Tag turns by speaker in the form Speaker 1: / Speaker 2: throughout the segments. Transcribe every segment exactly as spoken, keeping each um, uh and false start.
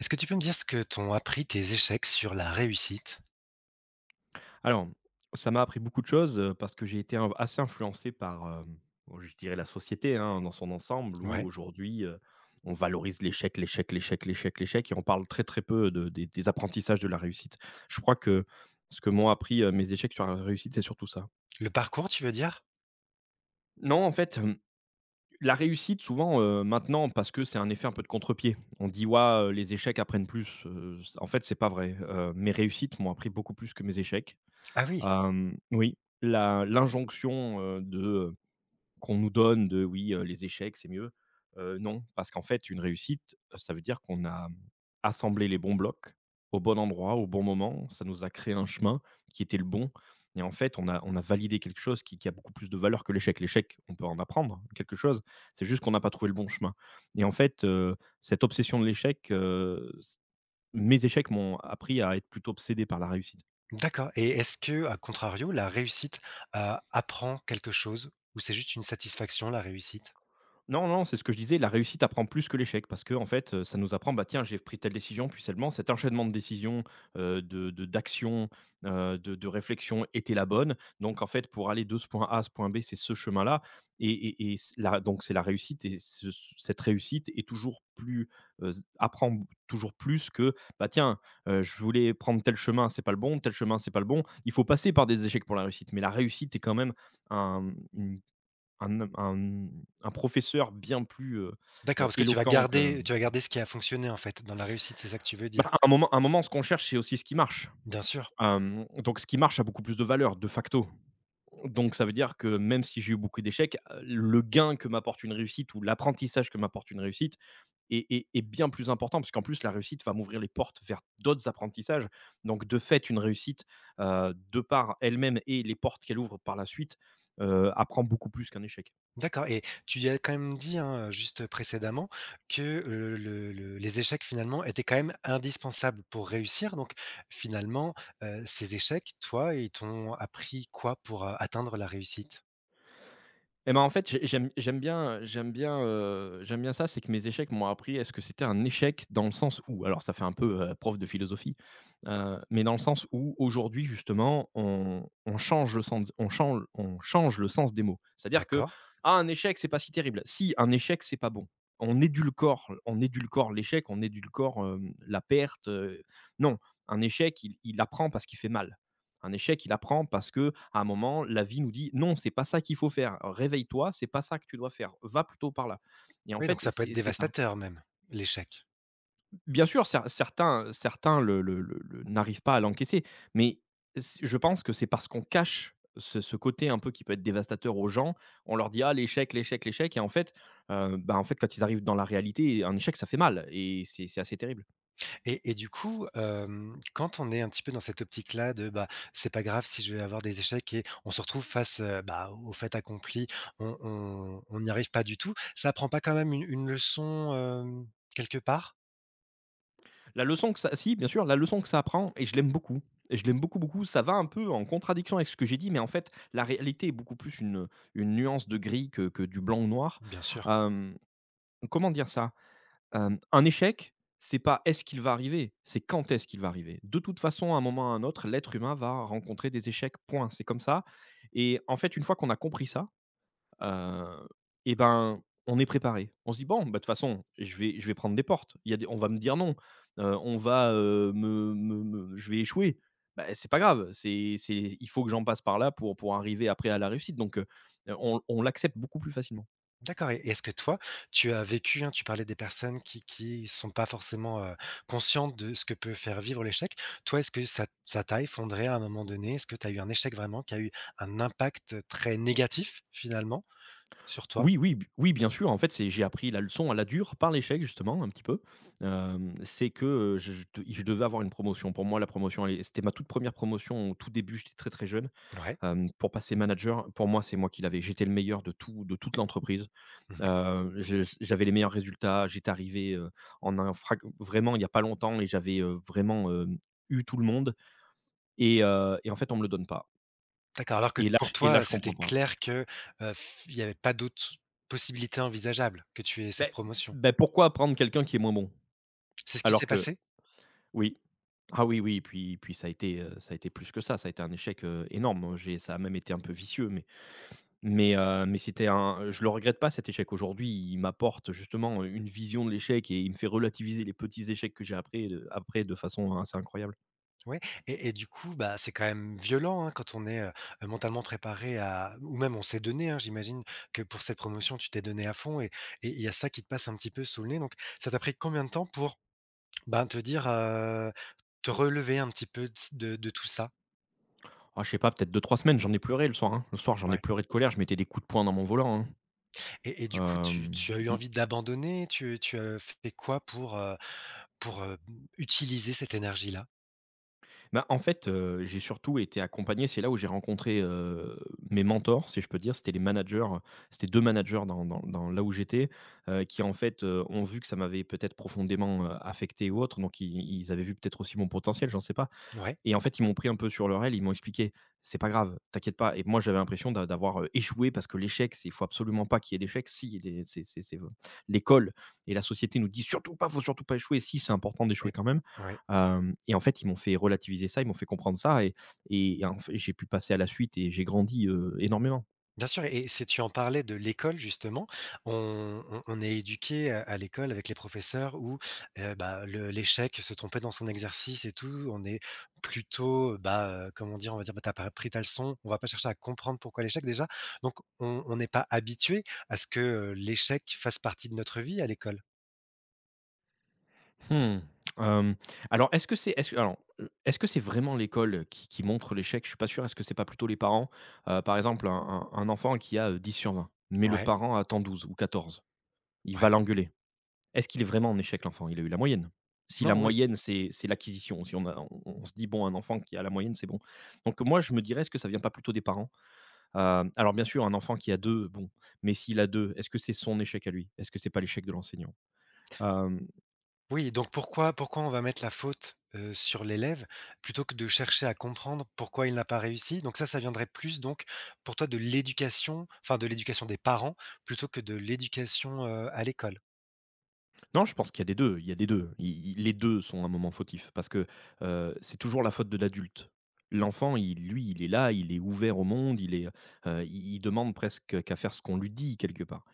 Speaker 1: Est-ce que tu peux me dire ce que t'ont appris tes échecs sur la réussite?
Speaker 2: Alors, ça m'a appris beaucoup de choses, heu, parce que j'ai été in assez influencé par, hem, oh, je dirais la société, hein, dans son ensemble où
Speaker 1: Ouais.
Speaker 2: aujourd'hui, heu, on valorise l'échec, l'échec, l'échec, l'échec, l'échec et on parle très, très peu de des des apprentissages de la réussite. Je crois que ce que m'ont appris, heu, mes échecs sur la réussite, c'est surtout ça.
Speaker 1: Le parcours, tu veux dire?
Speaker 2: Non, en fait, hem, la réussite souvent, heu, maintenant parce que c'est un effet un peu de contre-pied. On dit: «Ouah, les échecs apprennent plus», heu, c en fait, c'est pas vrai. Heu, mes réussites m'ont appris beaucoup plus que mes échecs.
Speaker 1: Ah oui,
Speaker 2: Hem, oui, la l'injonction, heu, de, qu'on nous donne de: «Oui, heu, les échecs, c'est mieux». Heu, non, parce qu'en fait, une réussite, ça veut dire qu'on a assemblé les bons blocs, au bon endroit, au bon moment. Ça nous a créé un chemin qui était le bon et en fait, on a on a validé quelque chose qui qui a beaucoup plus de valeur que l'échec. L'échec, on peut en apprendre quelque chose, c'est juste qu'on n'a pas trouvé le bon chemin et en fait, heu, cette obsession de l'échec, heu, c mes échecs m'ont appris à être plutôt obsédé par la réussite.
Speaker 1: d'accord, et est-ce que à contrario, la réussite, heu, apprend quelque chose ou c'est juste une satisfaction, la réussite?
Speaker 2: Non, non, c'est ce que je disais, la réussite apprend plus que l'échec parce que en fait, heu, ça nous apprend, bah, tiens, j'ai pris telle décision, puis seulement cet enchaînement de décisions, heu, de de d'actions, heu, de de réflexions était la bonne. Donc en fait, pour aller de ce point A à ce point B, c'est ce chemin-là et et et c la donc c'est la réussite et ce cette réussite est toujours plus, heu, z apprend b toujours plus que, bah, tiens, heu, je voulais prendre tel chemin, c'est pas le bon, tel chemin, c'est pas le bon. Il faut passer par des échecs pour la réussite, mais la réussite est quand même un une un homme un un professeur bien plus, heu
Speaker 1: D'accord,
Speaker 2: heu,
Speaker 1: parce que tu vas
Speaker 2: éloquent que
Speaker 1: garder tu vas garder ce qui a fonctionné, en fait, dans la réussite, c'est ça que tu veux
Speaker 2: bah,
Speaker 1: dire?
Speaker 2: à un moment à un moment, ce qu'on cherche, c'est aussi ce qui marche.
Speaker 1: Bien sûr.
Speaker 2: Hem, donc ce qui marche a beaucoup plus de valeur, de facto. Donc ça veut dire que même si j'ai eu beaucoup d'échecs, heu, le gain que m'apporte une réussite ou l'apprentissage que m'apporte une réussite est est est bien plus important parce qu'en plus la réussite va m'ouvrir les portes vers d'autres apprentissages. Donc de fait, une réussite, heu, de par elle-même et les portes qu'elle ouvre par la suite, heu, apprend beaucoup plus qu'un échec.
Speaker 1: D'accord, et tu y as quand même dit, hein, juste précédemment, que, heu, le le les échecs finalement étaient quand même indispensables pour réussir, donc finalement, heu, ces échecs, toi, ils t'ont appris quoi pour heu, atteindre la réussite?
Speaker 2: Et ben, en fait, j'ai j'aime j'aime bien j'aime bien, heu, j'aime bien ça, c'est que mes échecs m'ont appris est ce que c'était un échec dans le sens où alors ça fait un peu, heu, prof de philosophie, heu, mais dans le sens où aujourd'hui justement on on change le sens on change on change le sens des mots. C'est-à-dire que:
Speaker 1: D'accord.
Speaker 2: «Ah, un échec, c'est pas si terrible». Si, un échec, c'est pas bon. On édulcore on édulcore l'échec, on édulcore, hem, la perte, heu, non, un échec, il il apprend parce qu'il fait mal. Un échec, il apprend parce que à un moment, la vie nous dit: «Non, c'est pas ça qu'il faut faire. Réveille-toi, c'est pas ça que tu dois faire. Va plutôt par là» et en
Speaker 1: Oui, donc
Speaker 2: fait,
Speaker 1: ça peut être
Speaker 2: c'est c'est ça.
Speaker 1: dévastateur même, l'échec.
Speaker 2: Bien sûr, cer certains certains le le le le n'arrivent pas à l'encaisser, mais c je pense que c'est parce qu'on cache ce ce côté un peu qui peut être dévastateur aux gens. On leur dit: «Ah, l'échec, l'échec, l'échec» et en fait, heu, bah, en fait, quand ils arrivent dans la réalité, un échec, ça fait mal et c'est c'est assez terrible.
Speaker 1: Et et du coup, hem, quand on est un petit peu dans cette optique-là de, bah, c'est pas grave si je vais avoir des échecs et on se retrouve face, heu, bah, au fait accompli, on on on n'y arrive pas du tout. Ça apprend pas quand même une une leçon, hem, quelque part?
Speaker 2: La leçon que ça Si, bien sûr, la leçon que ça apprend et je l'aime beaucoup et je l'aime beaucoup, beaucoup. Ça va un peu en contradiction avec ce que j'ai dit, mais en fait, la réalité est beaucoup plus une, une nuance de gris que que du blanc ou noir.
Speaker 1: Bien sûr.
Speaker 2: Hem, Comment dire ça? Hem, un échec, c'est pas est-ce qu'il va arriver, c'est quand est-ce qu'il va arriver. De toute façon, à un moment ou à un autre, l'être humain va rencontrer des échecs, point. C'est comme ça et en fait, une fois qu'on a compris ça. Heu et ben, on est préparé. On se dit: «Bon, bah, de toute façon, je vais je vais prendre des portes. Il y a des, on va me dire non, heu, on va, heu, me me me je vais échouer. Bah, c'est pas grave, c'est c'est il faut que j'en passe par là pour pour arriver après à la réussite», donc heu, on on l'accepte beaucoup plus facilement.
Speaker 1: D'accord et et est-ce que toi, tu as vécu, hein, tu parlais des personnes qui qui sont pas forcément, heu, conscientes de ce que peut faire vivre l'échec. Toi, est-ce que ça ça t'a effondrée à un moment donné? Est-ce que tu as eu un échec vraiment qui a eu un impact très négatif, finalement, sur toi?
Speaker 2: Oui, oui, b oui, bien sûr, en fait, c'est j'ai appris la leçon à la dure par l'échec justement un petit peu. Hem, c'est que, heu, je je de je devais avoir une promotion. Pour moi, la promotion, elle est c'était ma toute première promotion. Au tout début, j'étais très, très jeune.
Speaker 1: Ouais.
Speaker 2: Hem, pour passer manager, pour moi, c'est moi qui l'avais. J'étais le meilleur de tout de toute l'entreprise.
Speaker 1: Mmh.
Speaker 2: Heu, je j'avais les meilleurs résultats. J'étais arrivé, heu, en un frag vraiment il y a pas longtemps et j'avais, heu, vraiment, hem, eu tout le monde et heu et en fait, on me le donne pas
Speaker 1: D'accord, alors que
Speaker 2: et là
Speaker 1: pour
Speaker 2: j et là,
Speaker 1: toi,
Speaker 2: je
Speaker 1: c'était
Speaker 2: comprends pas.
Speaker 1: clair que, heu, f il y avait pas d'autres possibilités envisageables que tu aies cette
Speaker 2: Beh
Speaker 1: promotion.
Speaker 2: beh, Pourquoi prendre quelqu'un qui est moins bon?
Speaker 1: C'est ce qui
Speaker 2: Alors
Speaker 1: s'est
Speaker 2: que
Speaker 1: passé?
Speaker 2: oui. Ah oui, oui, puis puis ça a été, heu, ça a été plus que ça. Ça a été un échec, heu, énorme. J'ai Ça a même été un peu vicieux, mais Mais heu, mais c'était un je le regrette pas, cet échec. Aujourd'hui, il m'apporte justement une vision de l'échec et il me fait relativiser les petits échecs que j'ai après de après de façon assez incroyable.
Speaker 1: Ouais. et et du coup, bah, c'est quand même violent, hein, quand on est, heu, mentalement préparé à ou même on s'est donné, hein, j'imagine que pour cette promotion, tu t'es donné à fond, et et il y a ça qui te passe un petit peu sous le nez, donc ça t'a pris combien de temps pour, ben, te dire, heu, te relever un petit peu de s de de tout ça?
Speaker 2: Ah, je sais pas, peut-être deux trois semaines, j'en ai pleuré le soir, hein. Le soir, j'en ai
Speaker 1: Ouais.
Speaker 2: pleuré de colère, je mettais des coups de poing dans mon volant, hein.
Speaker 1: Et et du coup,
Speaker 2: Hem,
Speaker 1: tu tu as eu
Speaker 2: mmh.
Speaker 1: envie d'abandonner? Tu tu as fait quoi pour, heu, pour, heu, mmh, utiliser cette énergie-là?
Speaker 2: Bah, en fait, heu, j'ai surtout été accompagné. C'est là où j'ai rencontré, heu, mes mentors, si je peux dire. C'était les managers. C'était deux managers dans dans dans là où j'étais, heu, qui en fait, heu, ont vu que ça m'avait peut-être profondément, heu, affecté ou autre, donc i ils avaient vu peut-être aussi mon potentiel, j'en sais pas.
Speaker 1: Ouais
Speaker 2: Et en fait, ils m'ont pris un peu sur leur aile, ils m'ont expliqué: «C'est pas grave, t'inquiète pas» et moi, j'avais l'impression d'a d'avoir, heu, échoué parce que l'échec, c'est il faut absolument pas qu'il y ait d'échec. Si, il est c'est c'est c'est v l'école et la société nous dit: «Surtout pas, faut surtout pas échouer». Si, c'est important d'échouer
Speaker 1: et
Speaker 2: quand même,
Speaker 1: ouais.
Speaker 2: hem et en fait, ils m'ont fait relativiser ça, ils m'ont fait comprendre ça et et en fait, j'ai pu passer à la suite et j'ai grandi, heu, énormément.
Speaker 1: Bien sûr. Et si tu en parlais de l'école justement, on on on est éduqué à à l'école avec les professeurs où, heu, bah, le l'échec, se tromper dans son exercice et tout, on est plutôt, euh, bah, heu, comment dire? On va dire: «Bah, tu pas appris ta leçon», on va pas chercher à comprendre pourquoi l'échec déjà. Donc on on n'est pas habitué à ce que, heu, l'échec fasse partie de notre vie à l'école.
Speaker 2: Mmh. Hem, alors est-ce que c'est est-ce que alors, heu, est-ce que c'est vraiment l'école qui qui montre l'échec? Je suis pas sûr. Est-ce que c'est pas plutôt les parents? Heu, par exemple, un un un enfant qui a, heu, dix sur vingt, mais le
Speaker 1: Ouais,
Speaker 2: parent attend douze ou quatorze, il va
Speaker 1: ouais.
Speaker 2: l'engueuler. Est-ce qu'il est vraiment en échec, l'enfant? Il a eu la moyenne. Si la
Speaker 1: Non, oui.
Speaker 2: moyenne, c'est c'est l'acquisition, si on a on on se dit: «Bon, un enfant qui a la moyenne, c'est bon». Donc moi, je me dirais, est-ce que ça vient pas plutôt des parents? Hem, alors bien sûr, un enfant qui a deux, bon, mais s'il a deux, est-ce que c'est son échec à lui? Est-ce que c'est pas l'échec de l'enseignant?
Speaker 1: Oui, donc pourquoi pourquoi on va mettre la faute, heu, sur l'élève plutôt que de chercher à comprendre pourquoi il n'a pas réussi? Donc ça, ça viendrait plus, donc pour toi, de l'éducation, enfin de l'éducation des parents plutôt que de l'éducation, heu, à l'école.
Speaker 2: Non, je pense qu'il y a des deux. Il y a des deux. I i Les deux sont un moment fautif parce que, heu, c'est toujours la faute de l'adulte. L'enfant, il lui, il est là, il est ouvert au monde, il est, heu, il il demande presque qu'à faire ce qu'on lui dit quelque part.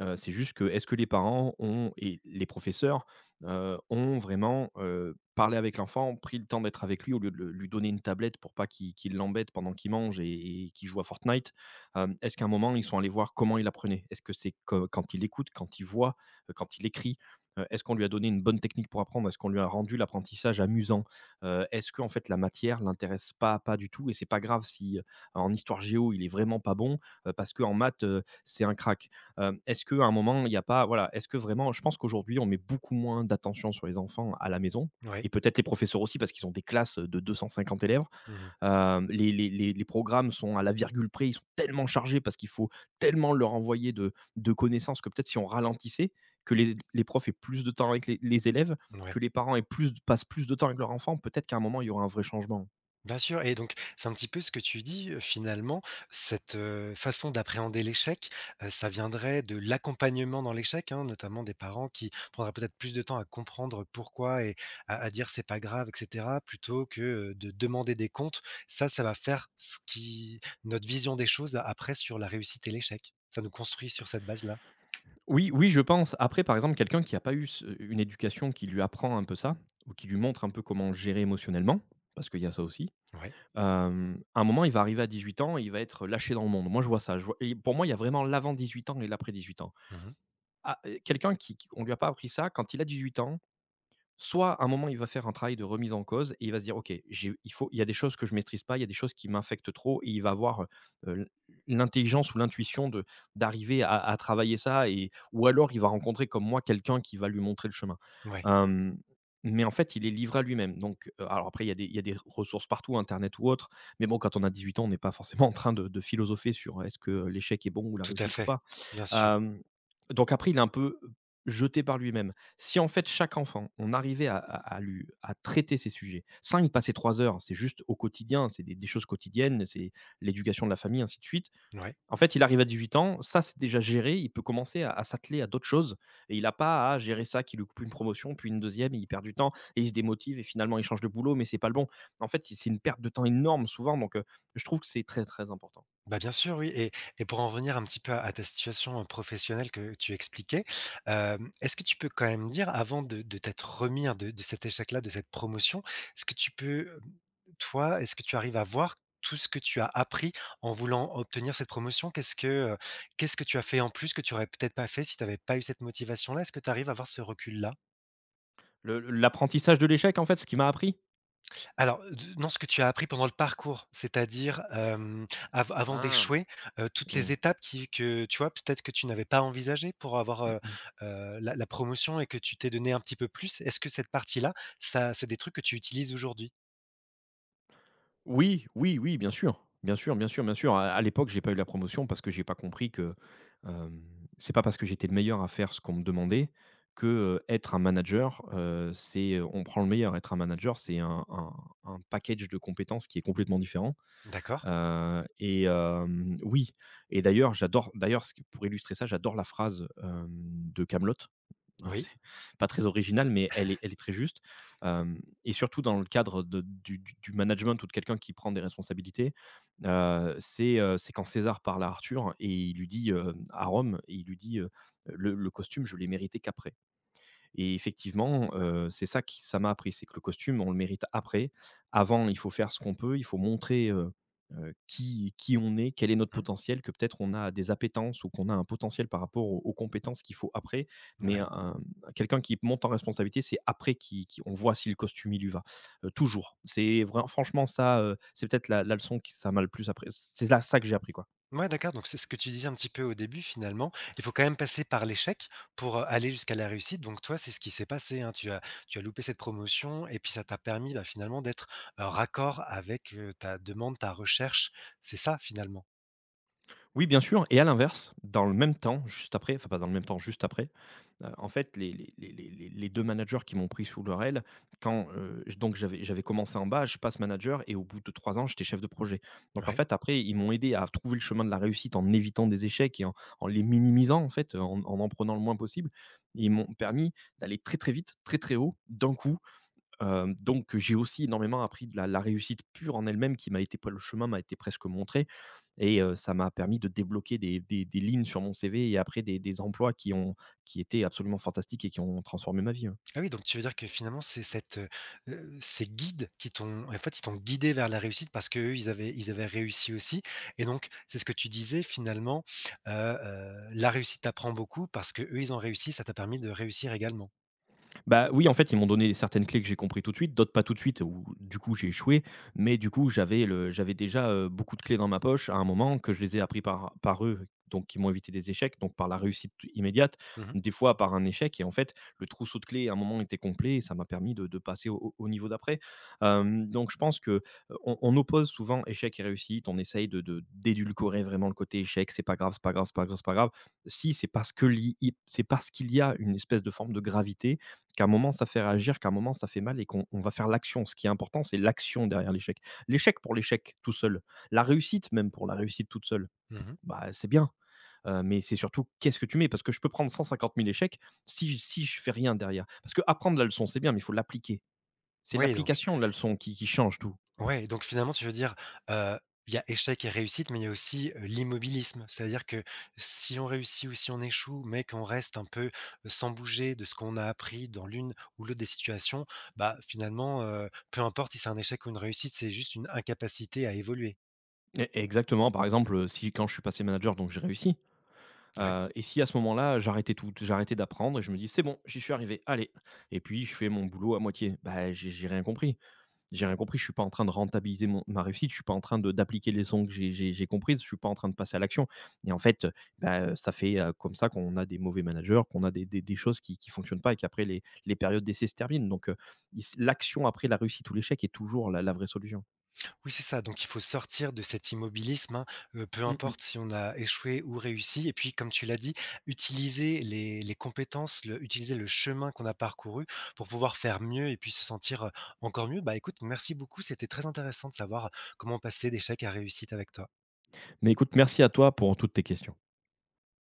Speaker 2: Heu, c'est juste que, est-ce que les parents ont et les professeurs, heu, ont vraiment, heu, parlé avec l'enfant, pris le temps d'être avec lui au lieu de le lui donner une tablette pour pas qu'il qu'il l'embête pendant qu'il mange et et qu'il joue à Fortnite? Hem, est-ce qu'à un moment, ils sont allés voir comment il apprenait? Est-ce que c'est que quand il écoute, quand il voit, heu, quand il écrit? Heu, est-ce qu'on lui a donné une bonne technique pour apprendre? Est-ce qu'on lui a rendu l'apprentissage amusant? Heu, est-ce que en fait la matière l'intéresse pas pas du tout et c'est pas grave si, heu, en histoire géo, il est vraiment pas bon, heu, parce que en maths, heu, c'est un crack. Hem, est-ce qu'à un moment, il n'y a pas voilà, est-ce que vraiment je pense qu'aujourd'hui, on met beaucoup moins d'attention sur les enfants à la maison
Speaker 1: Oui.
Speaker 2: et peut-être les professeurs aussi parce qu'ils ont des classes de deux cent cinquante élèves.
Speaker 1: Mmh.
Speaker 2: Hem, les les les les programmes sont à la virgule près, ils sont tellement chargés parce qu'il faut tellement leur envoyer de de connaissances que peut-être si on ralentissait, que les les profs aient plus de temps avec les les élèves,
Speaker 1: Ouais.
Speaker 2: que les parents aient plus passent plus de temps avec leurs enfants, peut-être qu'à un moment, il y aura un vrai changement.
Speaker 1: Bien sûr, et donc c'est un petit peu ce que tu dis, heu, finalement, cette, heu, façon d'appréhender l'échec, heu, ça viendrait de l'accompagnement dans l'échec, hein, notamment des parents qui prendraient peut-être plus de temps à comprendre pourquoi, et à à dire: «C'est pas grave» et cetera, plutôt que, heu, de demander des comptes. Ça, ça va faire ce qui notre vision des choses a- après sur la réussite et l'échec. Ça nous construit sur cette base-là.
Speaker 2: Oui, oui, je pense. Après, par exemple, quelqu'un qui n'a pas eu ce une éducation qui lui apprend un peu ça, ou qui lui montre un peu comment gérer émotionnellement, parce qu'il y a ça aussi,
Speaker 1: Oui, ouais.
Speaker 2: hem, à un moment, il va arriver à dix-huit ans et il va être lâché dans le monde. Moi, je vois ça, je vois et pour moi, il y a vraiment l'avant dix-huit ans et l'après dix-huit ans.
Speaker 1: Mmh.
Speaker 2: Ah, heu, quelqu'un qui qui on lui a pas appris ça, quand il a dix-huit ans, soit à un moment, il va faire un travail de remise en cause et il va se dire: «OK, j'ai il faut il y a des choses que je maîtrise pas, il y a des choses qui m'infectent trop» et il va avoir, heu, l l'intelligence ou l'intuition de d'arriver à à travailler ça et ou alors il va rencontrer comme moi quelqu'un qui va lui montrer le chemin.
Speaker 1: Ouais,
Speaker 2: Hem, mais en fait, il est livré à lui-même donc heu, alors après il y a des il y a des ressources partout, internet ou autre, mais bon, quand on a dix-huit ans, on n'est pas forcément en train de de philosopher sur est-ce que l'échec est bon ou la
Speaker 1: tout à
Speaker 2: réussite ou
Speaker 1: fait.
Speaker 2: pas?
Speaker 1: Bien sûr.
Speaker 2: Hem, donc après il est un peu jeté par lui-même. Si en fait chaque enfant, on arrivait à à à lui à traiter ces sujets, sans y passer trois heures, c'est juste au quotidien, c'est des des choses quotidiennes, c'est l'éducation de la famille, ainsi de suite.
Speaker 1: Ouais.
Speaker 2: En fait, il arrive à dix-huit ans, ça c'est déjà géré, il peut commencer à à s'atteler à d'autres choses et il n'a pas à gérer ça qui lui coupe une promotion, puis une deuxième et il perd du temps et il se démotive et finalement il change de boulot mais c'est pas le bon. En fait, c'est une perte de temps énorme souvent donc heu, je trouve que c'est très, très important.
Speaker 1: Bah, bien sûr, oui. et et pour en revenir un petit peu à à ta situation, heu, professionnelle que tu expliquais, hem, est-ce que tu peux quand même dire avant de de t'être remis, hein, de de cet échec-là, de cette promotion, est-ce que tu peux, hem, toi, est-ce que tu arrives à voir tout ce que tu as appris en voulant obtenir cette promotion? Qu'est-ce que, heu, qu'est-ce que tu as fait en plus que tu aurais peut-être pas fait si tu avais pas eu cette motivation-là? Est-ce que tu arrives à avoir ce recul-là?
Speaker 2: Le l'apprentissage de l'échec en fait, ce qui m'a appris?
Speaker 1: Alors, d non, ce que tu as appris pendant le parcours, c'est-à-dire, hem, av avant
Speaker 2: Ah,
Speaker 1: d'échouer, heu, toutes
Speaker 2: mmh.
Speaker 1: les
Speaker 2: Mmh.
Speaker 1: étapes qui que tu vois, peut-être que tu n'avais pas envisagées pour avoir, heu heu, la la promotion, et que tu t'es donné un petit peu plus. Est-ce que cette partie-là, ça c'est des trucs que tu utilises aujourd'hui?
Speaker 2: Oui, oui, oui, bien sûr. Bien sûr, bien sûr, bien sûr. À à l'époque, j'ai pas eu la promotion parce que j'ai pas compris que, hem, c'est pas parce que j'étais le meilleur à faire ce qu'on me demandait que, heu, être un manager, heu, c'est, on prend le meilleur. Être un manager, c'est un un un package de compétences qui est complètement différent,
Speaker 1: D'accord.
Speaker 2: heu et hem, oui et d'ailleurs, j'adore d'ailleurs, ce qui pour illustrer ça, j'adore la phrase, hem, de Camelot.
Speaker 1: Oui.
Speaker 2: C'est pas très original, mais elle est elle est très juste, hem et surtout dans le cadre de du du du management ou de quelqu'un qui prend des responsabilités, heu, c'est, heu, c'est quand César parle à Arthur et il lui dit, heu à Rome et il lui dit, heu: «Le le costume, je l'ai mérité qu'après». Et effectivement, heu, c'est ça qui ça m'a appris, c'est que le costume, on le mérite après. Avant, il faut faire ce qu'on peut, il faut montrer, heu heu, qui qui on est, quel est notre
Speaker 1: Mmh.
Speaker 2: potentiel, que peut-être on a des appétences ou qu'on a un potentiel par rapport aux aux compétences qu'il faut après. Mais
Speaker 1: Ouais.
Speaker 2: un quelqu'un qui monte en responsabilité, c'est après qui qui on voit si le costume, il lui va, heu, toujours. C'est vraiment, franchement ça, heu, c'est peut-être la la leçon qui ça m'a le plus appris c'est là ça que j'ai appris, quoi.
Speaker 1: Ouais, d'accord, donc c'est ce que tu disais un petit peu au début finalement, il faut quand même passer par l'échec pour, heu, aller jusqu'à la réussite. Donc toi, c'est ce qui s'est passé, hein. Tu as tu as loupé cette promotion et puis ça t'a permis, bah, finalement d'être, heu, raccord avec, heu, ta demande, ta recherche. C'est ça finalement?
Speaker 2: Oui, bien sûr. Et à l'inverse, dans le même temps, juste après, enfin pas dans le même temps, juste après, heu, en fait, les les les les les les deux managers qui m'ont pris sous leur aile, quand, heu, j donc j'avais j'avais commencé en bas, je passe manager et au bout de trois ans, j'étais chef de projet. Donc en
Speaker 1: Ouais.
Speaker 2: fait, après, ils m'ont aidé à trouver le chemin de la réussite en évitant des échecs et en en les minimisant, en fait, en en en prenant le moins possible. Ils m'ont permis d'aller très, très vite, très, très haut, d'un coup. Hem, donc j'ai aussi énormément appris de la la réussite pure en elle-même qui m'a été le chemin m'a été presque montré et heu, ça m'a permis de débloquer des des des lignes sur mon C V et après des des emplois qui ont qui étaient absolument fantastiques et qui ont transformé ma vie, ouais.
Speaker 1: Ah oui, donc tu veux dire que finalement c'est cette, heu heu, ces guides qui t'ont en fait, ils t'ont guidé vers la réussite parce que eux ils avaient ils avaient réussi aussi, et donc c'est ce que tu disais finalement, heu heu, la réussite t'apprend beaucoup parce que eux ils ont réussi, ça t'a permis de réussir également.
Speaker 2: Bah, oui, en fait, ils m'ont donné certaines clés que j'ai compris tout de suite, d'autres pas tout de suite où du coup j'ai échoué. Mais du coup, j'avais le j'avais déjà, heu, beaucoup de clés dans ma poche à un moment que je les ai appris par par eux, donc ils m'ont évité des échecs, donc par la réussite immédiate,
Speaker 1: Mmh.
Speaker 2: des fois par un échec et en fait, le trousseau de clés à un moment était complet et ça m'a permis de de passer au au au niveau d'après. Hem, donc je pense que, heu, on on oppose souvent échec et réussite, on essaye de de d'édulcorer vraiment le côté échec, c'est pas grave, c'est pas grave, c'est pas grave, c'est pas grave. Si, c'est parce que li c'est parce qu'il y a une espèce de forme de gravité qu'à un moment ça fait réagir, qu'à un moment ça fait mal et qu'on on va faire l'action. Ce qui est important, c'est l'action derrière l'échec. L'échec pour l'échec tout seul, la réussite même pour la réussite toute seule,
Speaker 1: Mmh.
Speaker 2: bah, c'est bien, heu, mais c'est surtout qu'est-ce que tu mets? Parce que je peux prendre cent cinquante mille échecs si j si je fais rien derrière. Parce que apprendre la leçon, c'est bien, mais il faut l'appliquer. C'est
Speaker 1: Oui donc
Speaker 2: l'application de la leçon qui qui change tout.
Speaker 1: ouais donc finalement tu veux dire, heu, il y a échec et réussite, mais il y a aussi, heu, l'immobilisme. C'est-à-dire que si on réussit ou si on échoue, mais qu'on reste un peu, heu, sans bouger de ce qu'on a appris dans l'une ou l'autre des situations, bah, finalement, heu, peu importe si c'est un échec ou une réussite, c'est juste une incapacité à évoluer.
Speaker 2: Et exactement, par exemple, si quand je suis passé manager, donc j'ai réussi,
Speaker 1: Ouais.
Speaker 2: heu et si à ce moment-là, j'arrêtais tout, j'arrêtais d'apprendre et je me dis: «C'est bon, j'y suis arrivé, allez» et puis je fais mon boulot à moitié, bah, j'ai j'ai rien compris. J'ai rien compris, je suis pas en train de rentabiliser mon ma réussite, je suis pas en train de d'appliquer les leçons que j'ai j'ai j'ai comprises, je suis pas en train de passer à l'action et en fait, heu, bah, ça fait, heu, comme ça qu'on a des mauvais managers, qu'on a des des des choses qui qui fonctionnent pas et qu'après les les périodes d'essai se terminent donc heu, il s l'action après la réussite ou l'échec est toujours la la vraie solution.
Speaker 1: Oui, c'est ça. Donc, il faut sortir de cet immobilisme, hein, heu, peu
Speaker 2: Mmh mh.
Speaker 1: importe si on a échoué ou réussi, et puis, comme tu l'as dit, utiliser les les compétences, le utiliser le chemin qu'on a parcouru pour pouvoir faire mieux et puis se sentir, heu, encore mieux. Bah, écoute, merci beaucoup, c'était très intéressant de savoir comment passer d'échec à réussite avec toi.
Speaker 2: Mais écoute, merci à toi pour toutes tes questions.